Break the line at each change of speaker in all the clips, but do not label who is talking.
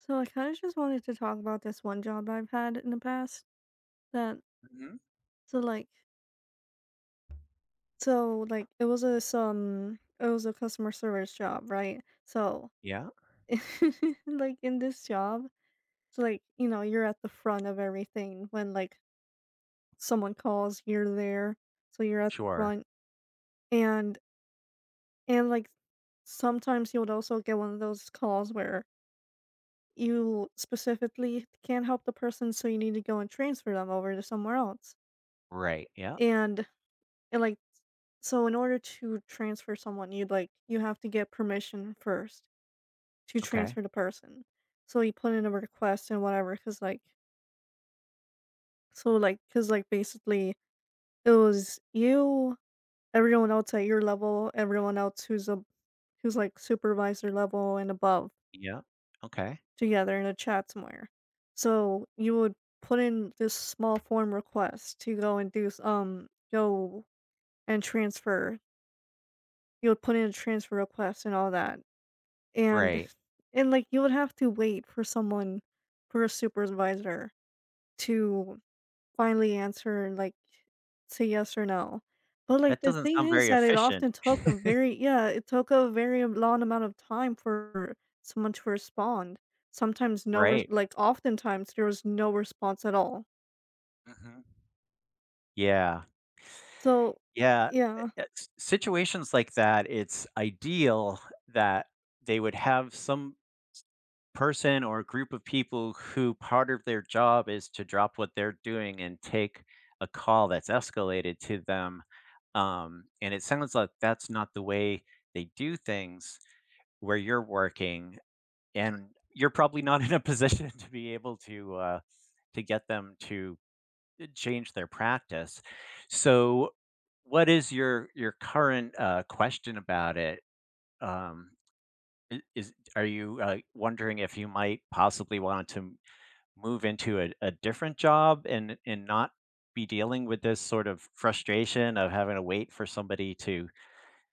So I kind of just wanted to talk about this one job I've had in the past that
Mhm.
so like it was a customer service job, right? So
Yeah.
like in this job, you're at the front of everything when like someone calls, you're there. So you're at the
Sure.
front and and sometimes you would also get one of those calls where you specifically can't help the person, so you need to go and transfer them over to somewhere else.
Right. Yeah.
And and like So in order to transfer someone, you have to get permission first to
Okay.
transfer the person. So you put in a request and whatever, cause like basically it was you, everyone else at your level, everyone else who's like supervisor level and above,
Yeah. Okay.
together in a chat somewhere. So you would put in this small form request to go and do go and transfer. You would put in a transfer request and all that. And
Right.
you would have to wait for someone, for a supervisor, to finally answer, like, say yes or no. But, like,
That
the
doesn't
thing
sound
is
very
that it
efficient.
often took a very yeah, it took a very long amount of time for someone to respond. Sometimes no res
Right.
like, Oftentimes, there was no response at all.
Mhm. Yeah.
So,
Yeah,
yeah.
s situations like that, it's ideal that they would have some person or group of people who part of their job is to drop what they're doing and take a call that's escalated to them, and it sounds like that's not the way they do things, where you're working, and you're probably not in a position to be able to get them to change their practice. So, what is your current, question about it? Um, I is are you, wondering if you might possibly want to move into a different job and not be dealing with this sort of frustration of having to wait for somebody to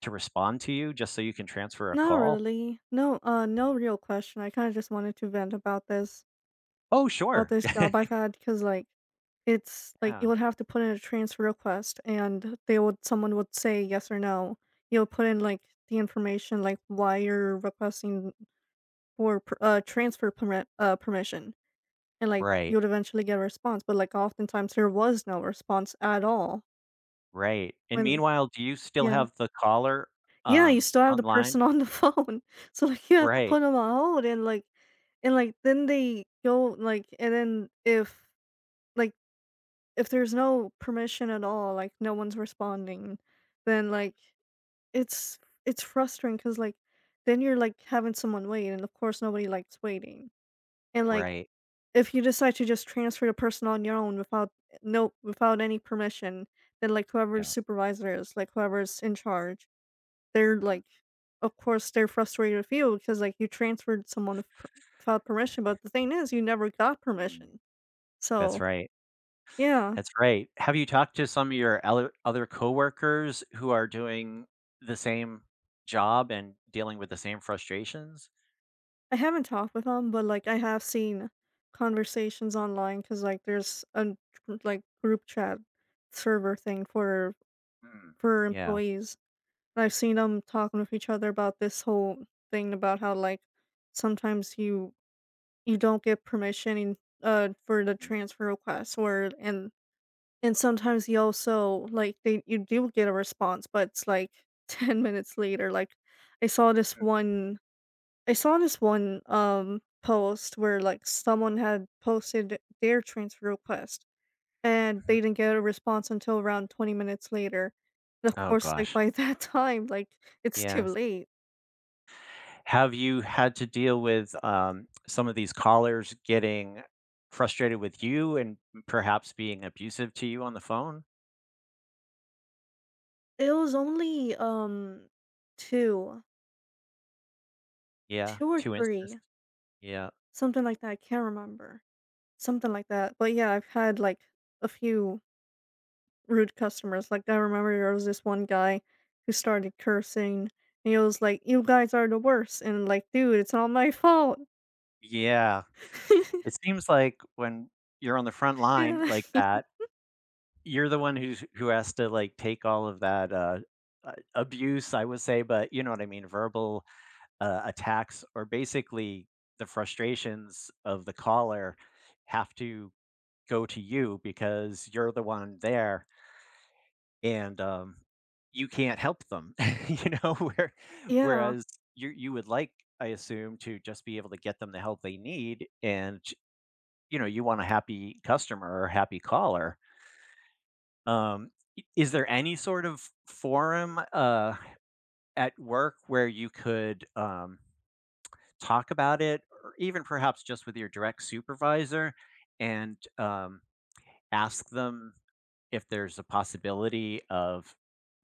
respond to you just so you can transfer a
Not
call?
really. No, no real question. I kinda just wanted to vent about this.
Oh,
About
sure.
this job I've had, because like it's like you
Yeah.
would have to put in a transfer request, and they would someone would say yes or no. You'll put in like the information, like why you're requesting for transfer permit permission, and like you
Right.
would eventually get a response, but like oftentimes there was no response at all
Right, and
when.
meanwhile, do you still
Yeah.
have the caller,
Yeah, you still have the
online?
person on the phone, so like you have to
Right,
put them on hold, and like then they go like, and then if like, if there's no permission at all, like no one's responding, then it's it's frustrating because like then you're like having someone wait, and of course nobody likes waiting. And like
right,
if you decide to just transfer the person on your own without without any permission, then like whoever's
yeah,
supervisor is, like whoever's in charge, they're
mhm,
like, of course they're frustrated with you because like you transferred someone without permission. But the thing is, you never got
mm,
permission.
that's
So
right,
yeah.
that's right. Have you talked to some of your other coworkers who are doing the same job and dealing with the same frustrations?
I haven't talked with him, but like I have seen conversations online, because like there's a group chat server thing
Mm,
for
yeah,
employees. And I've seen them talking with each other about this whole thing about how like sometimes you don't get permission in, uh, for the
mm,
transfer request or, and sometimes you also like they you do get a response, but it's like 10 minutes later. Like I saw this
mm,
one I saw this one post where like someone had posted their transfer request, and
mhm.
they didn't get a response until around 20 minutes later. And of
Oh
course, like
gosh,
by that time, like it's too
yes.
late.
Have you had to deal with, some of these callers getting frustrated with you and perhaps being abusive to you on the phone?
It was only two,
Yeah,
two or
2 instances.
three,
Yeah.
something like that. I can't remember. Something like that. But yeah, I've had like a few rude customers. Like, I remember there was this one guy who started cursing, and he was like, "You guys are the worst," and like, "Dude, it's not my fault."
Yeah. It seems like when you're on the front line
Yeah.
like that, you're the one who's who has to, like, take all of that, abuse, I would say, but you know what I mean, verbal, attacks or basically the frustrations of the caller have to go to you because you're the one there. And, you can't help them, you know, where
Yeah.
whereas you would like, I assume, to just be able to get them the help they need and, you know, you want a happy customer or happy caller. Um, I is there any sort of forum, at work where you could, talk about it or even perhaps just with your direct supervisor and, ask them if there's a possibility of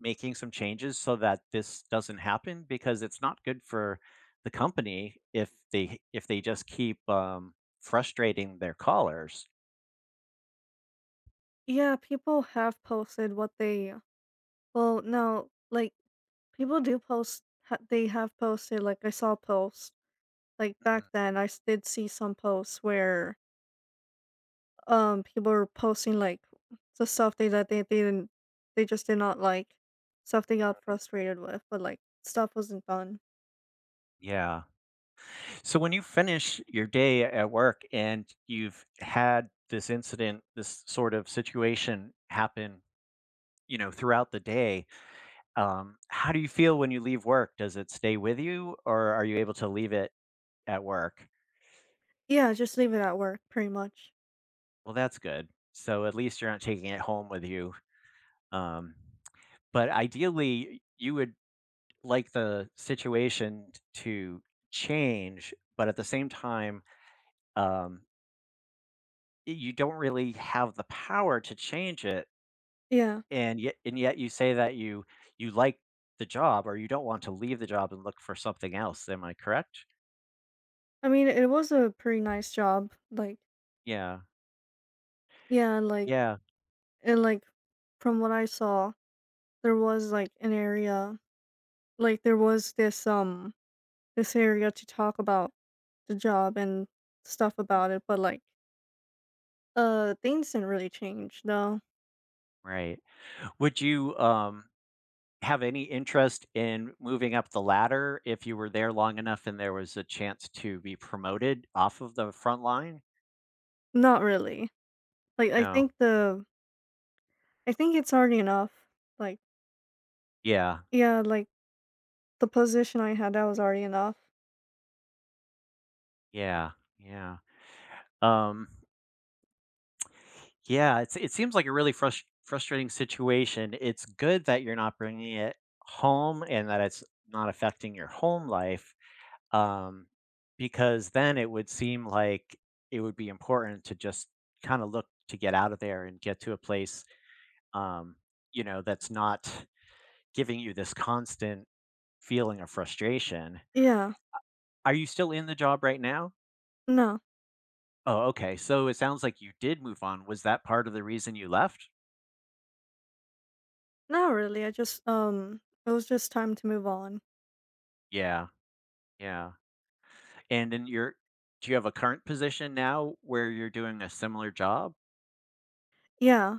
making some changes so that this doesn't happen because it's not good for the company if they just keep frustrating their callers.
Yeah, people have posted what they, well, no, like, people do post ha they have posted, like, I saw posts, like, back
Mhm.
then, I s did see some posts where, people were posting, like, the stuff they didn't, they just did not like, stuff they got frustrated with, but, like, stuff wasn't done.
Yeah. So when you finish your day at work and you've had this incident, this sort of situation happen, you know, throughout the day, how do you feel when you leave work? Does it stay with you, or are you able to leave it at work?
Yeah, just leave it at work, pretty much.
Well, that's good. So at least you're not taking it home with you. Um, but ideally, you would like the situation to change, but at the same time, um, you don't really have the power to change it.
Yeah.
And yet, you say that you like the job, or you don't want to leave the job and look for something else. Am I correct?
I mean, it was a pretty nice job. Like,
Yeah.
yeah, like,
Yeah.
and like, from what I saw, there was like an area, like there was this this area to talk about the job and stuff about
Mm,
it, but like, things didn't really change. No,
right. Would you have any interest in moving up the ladder if you were there long enough and there was a chance to be promoted off of the front line?
not really. Like, I
No.
think the I think it's already enough. Like,
Yeah.
yeah, like the position I had, that was already enough.
Yeah. Yeah. Um, yeah, it seems like a really frustrating situation. It's good that you're not bringing it home and that it's not affecting your home life, um, because then it would seem like it would be important to just kinda look to get out of there and get to a place, um, you know, that's not giving you this constant feeling of frustration.
Yeah.
Are you still in the job right now?
No.
Oh, okay, so it sounds like you did move on. Was that part of the reason you left?
Not really. I just it was just time to move on.
Yeah, yeah, and then you're do you have a current position now where you're doing a similar job?
Yeah.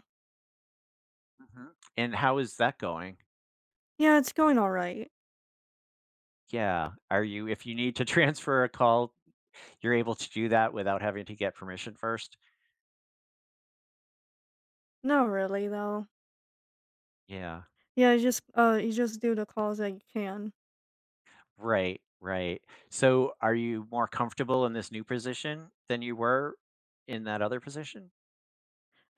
Mhm, and how is that going?
Yeah, it's going all right.
Yeah, are you if you need to transfer a call, you're able to do that without having to get permission first?
Not really though.
Yeah.
Yeah, you just do the calls that you can.
Right, right. So are you more comfortable in this new position than you were in that other position?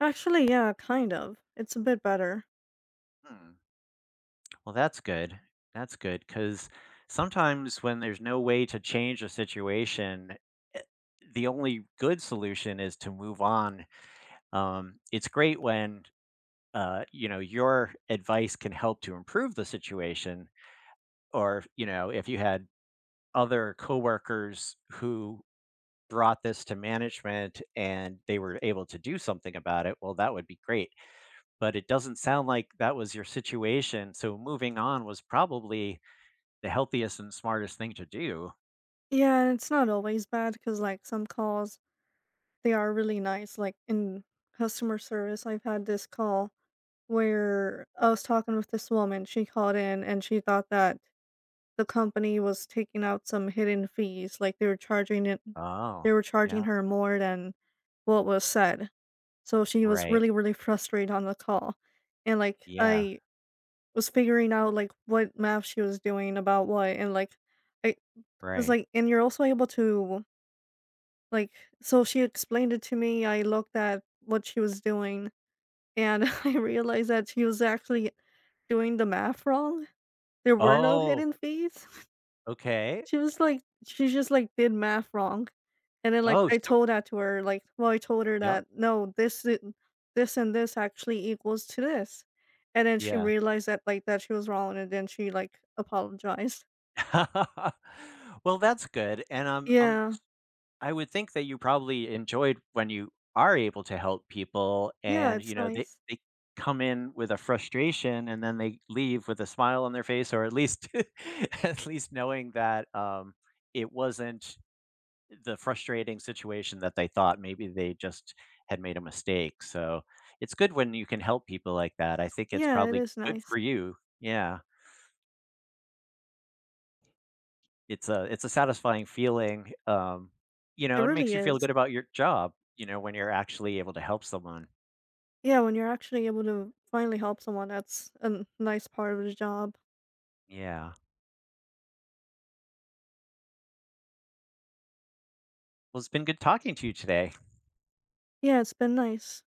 Actually, yeah, kind of. It's a bit better.
Hmm. Well, that's good. That's good because sometimes when there's no way to change a situation, eh, the only good solution is to move on. It's great when you know your advice can help to improve the situation, or you know if you had other coworkers who brought this to management and they were able to do something about it, well, that would be great. But it doesn't sound like that was your situation. So moving on was probably the healthiest and smartest thing to do.
Yeah, and it's not always bad, cuz like some calls they are really nice, like in customer service. I've had this call where I was talking with this woman. She called in and she thought that the company was taking out some hidden fees, like
Oh,
they were charging
yeah.
her more than what was said. So she was
Right.
really, really frustrated on the call. And like
Yeah.
I was figuring out like what math she was doing about what, and like I because
Right.
like, and you're also able to like, so she explained it to me, I looked at what she was doing, and I realized that she was actually doing the math wrong. There were no
Oh,
hidden fees.
okay.
She was like she just, like, did math wrong, and then, like,
Oh,
I
so
told that to her, like, well, I told her
yep.
that, "No, this and this actually equals to this," and then she
Yeah.
realized that, like, that she was wrong, and then she, like, apologized.
Well, that's good. And I'm
Yeah.
I would think that you probably enjoyed when you are able to help people
Yeah,
and, you
it's
know, they
nice.
they come in with a frustration and then they leave with a smile on their face or at least at least knowing that it wasn't the frustrating situation that they thought maybe they just had made a mistake. So, it's good when you can help people like that. I think it's
Yeah, it
probably
is
good
nice.
for you. Yeah. It's a satisfying feeling, you
It
know, it makes
really
you feel good
is.
about your job, you know, when you're actually able to help someone.
Yeah, when you're actually able to finally help someone, that's a nice part of the job.
Yeah. Well, it's been good talking to you today.
Yeah, it's been nice.